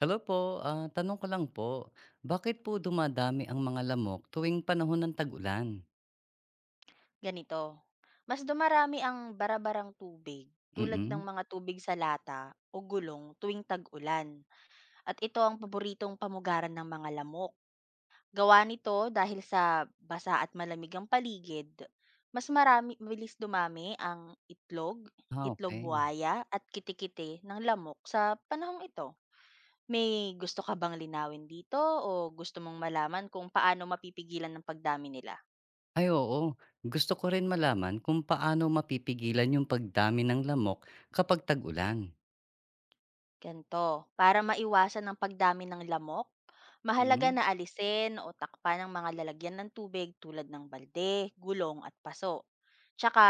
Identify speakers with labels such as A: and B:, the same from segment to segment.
A: Hello po, tanong ko lang po, bakit po dumadami ang mga lamok tuwing panahon ng tag-ulan?
B: Ganito, mas dumarami ang barabarang tubig tulad ng
A: Mm.
B: mga tubig sa lata o gulong tuwing tag-ulan at ito ang paboritong pamugaran ng mga lamok. Gawa nito dahil sa basa at malamig ang paligid, mas marami mabilis dumami ang itlog,
A: Ah,
B: itlog
A: okay.
B: buhaya at kitikite ng lamok sa panahong ito. May gusto ka bang linawin dito o gusto mong malaman kung paano mapipigilan ng pagdami nila?
A: Ay oo, gusto ko rin malaman kung paano mapipigilan yung pagdami ng lamok kapag tag-ulan.
B: Ganito, para maiwasan ang pagdami ng lamok, mahalaga
A: Mm,
B: na alisin o takpan ang mga lalagyan ng tubig tulad ng balde, gulong at paso. Tsaka,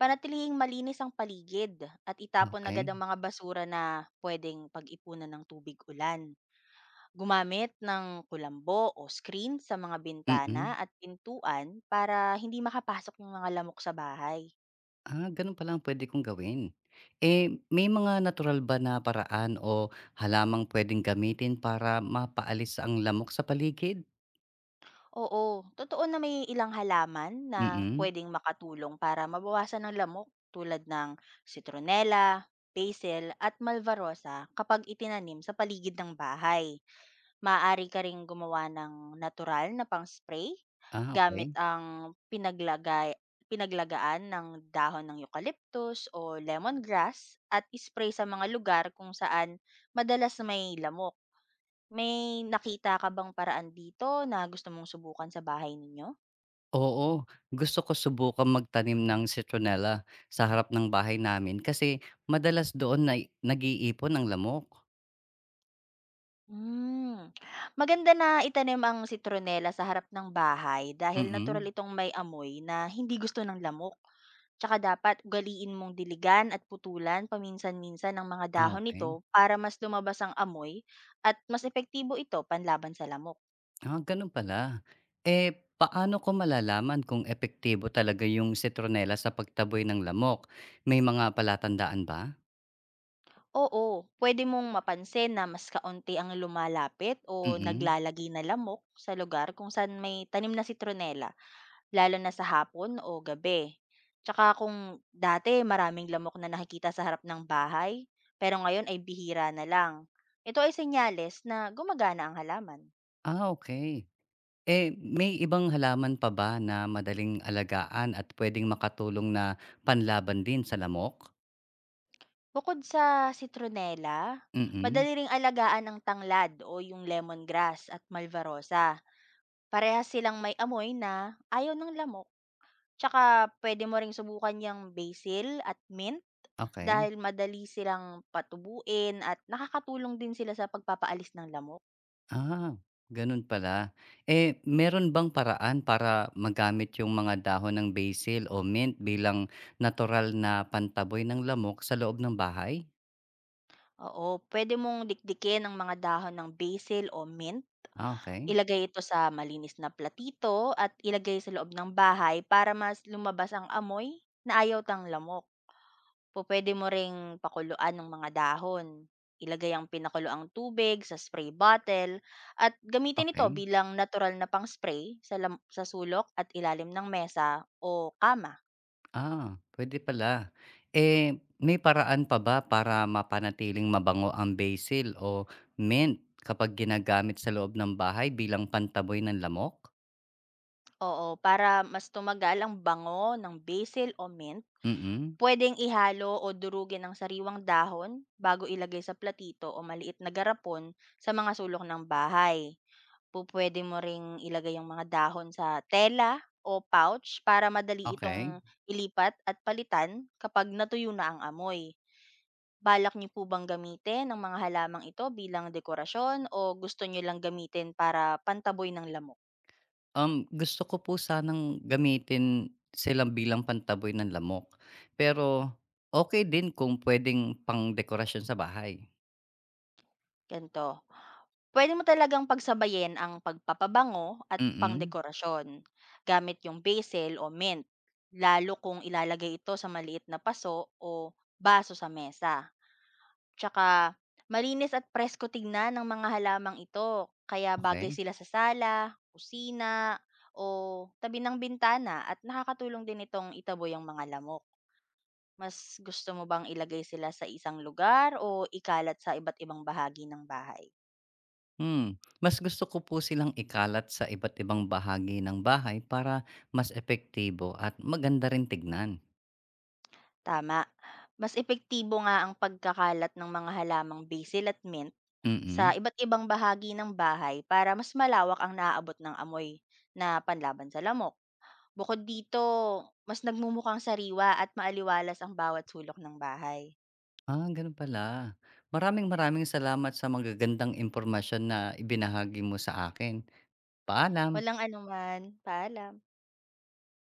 B: panatilihing malinis ang paligid at itapon agad
A: okey.
B: ang mga basura na pwedeng pag-ipunan ng tubig ulan. Gumamit ng kulambo o screen sa mga bintana
A: Mm.
B: at pintuan para hindi makapasok ng mga lamok sa bahay.
A: Ah, ganun pala ang puwede kong gawin. Eh, may mga natural ba na paraan o halamang puwedeng gamitin para mapaalis ang lamok sa paligid?
B: Oo, totoo na may ilang halaman na
A: Mm.
B: puwedeng makatulong para mabawasan ng lamok tulad ng citronella, basil at malvarosa kapag itinanim sa paligid ng bahay. Maaari ka ring gumawa ng natural na pang-spray
A: Ah,
B: gamit
A: okay.
B: ang pinaglagaan ng dahon ng eucalyptus o lemongrass at ispray sa mga lugar kung saan madalas may lamok. May nakita ka bang paraan dito na gusto mong subukan sa bahay ninyo?
A: Oo, gusto ko subukan magtanim ng citronella sa harap ng bahay namin kasi madalas doon na nag-iipon ang lamok.
B: Hmm, maganda na itanim ang sitronela sa harap ng bahay dahil natural
A: Mm,
B: itong may amoy na hindi gusto ng lamok. Tsaka dapat ugaliin mong diligan at putulan paminsan-minsan ng mga dahon nito
A: okey.
B: para mas lumabas ang amoy at mas epektibo ito panlaban sa lamok.
A: Ah, gano'n pala. Eh, paano ko malalaman kung epektibo talaga yung citronella sa pagtaboy ng lamok? May mga palatandaan ba?
B: Oo, pwede mong mapansin na mas kaunti ang lumalapit o
A: Mm.
B: naglalagi na lamok sa lugar kung saan may tanim na sitronela lalo na sa hapon o gabi. Tsaka kung dati maraming lamok na nakikita sa harap ng bahay, pero ngayon ay bihira na lang. Ito ay senyales na gumagana ang halaman.
A: Ah, okay. Eh, may ibang halaman pa ba na madaling alagaan at puwedeng makatulong na panlaban din sa lamok?
B: Bukod sa citronella,
A: Mm,
B: madali ring alagaan ang tanglad o yung lemongrass at malvarosa. Parehas silang may amoy na ayaw ng lamok. Tsaka pwede mo ring subukan yung basil at mint
A: okay.
B: dahil madali silang patubuin at nakakatulong din sila sa pagpapaalis ng lamok.
A: Ah, ganun pala. Eh, meron bang paraan para magamit yung mga dahon ng basil o mint bilang natural na pantaboy ng lamok sa loob ng bahay?
B: Oo, pwede mong dikdikin ang mga dahon ng basil o mint,
A: Ah, okay,
B: ilagay ito sa malinis na platito at ilagay sa loob ng bahay para mas lumabas ang amoy na ayaw ng lamok. Pupuwede mo ring pakuluan ng mga dahon. Ilagay ang pinakuluang tubig sa spray bottle at gamitin ito
A: okey.
B: bilang natural na pang-spray sa lam sa sulok at ilalim ng mesa o kama.
A: Ah, pwede pala. Eh, may paraan pa ba para mapanatiling mabango ang basil o mint kapag ginagamit sa loob ng bahay bilang pantaboy ng lamok?
B: Oo, para mas tumagal ang bango ng basil o mint.
A: Mm,
B: Puwedeng ihalo o durugin ang sariwang dahon bago ilagay sa platito o maliit na garapon sa mga sulok ng bahay. Pupuwede mo ring ilagay ang mga dahon sa tela o pouch para madali
A: okay.
B: itong ilipat at palitan kapag natuyo na ang amoy. Balak niyo po bang gamitin ang mga halamang ito bilang dekorasyon o gusto niyo lang gamitin para pantaboy ng lamok?
A: Gusto ko po sanang gamitin sila bilang pantaboy ng lamok. Pero okey din kung puwedeng pangdekorasyon sa bahay.
B: Ganito, pwede mo talagang pagsabayin ang pagpapabango at
A: Mm,
B: pangdekorasyon gamit yung basil o mint, lalo kung ilalagay ito sa maliit na paso o baso sa mesa. Tsaka malinis at presko tignan ng mga halamang ito, kaya bagay
A: okey.
B: sila sa sala, kusina, o tabi ng bintana at nakakatulong din itong itaboy ang mga lamok. Mas gusto mo bang ilagay sila sa isang lugar o ikalat sa iba't ibang bahagi ng bahay?
A: Hmm, mas gusto ko po silang ikalat sa iba't ibang bahagi ng bahay para mas epektibo at maganda rin tignan.
B: Tama. Mas epektibo nga ang pagkakalat ng mga halamang basil at mint sa
A: Mm.
B: iba't ibang bahagi ng bahay para mas malawak ang naaabot ng amoy na panlaban sa lamok. Bukod dito, mas nagmumukhang sariwa at maaliwalas ang bawat sulok ng bahay.
A: Ah, gano'n pala. Maraming maraming salamat sa magagandang impormasyon na ibinahagi mo sa akin. Paalam.
B: Walang anuman. Paalam.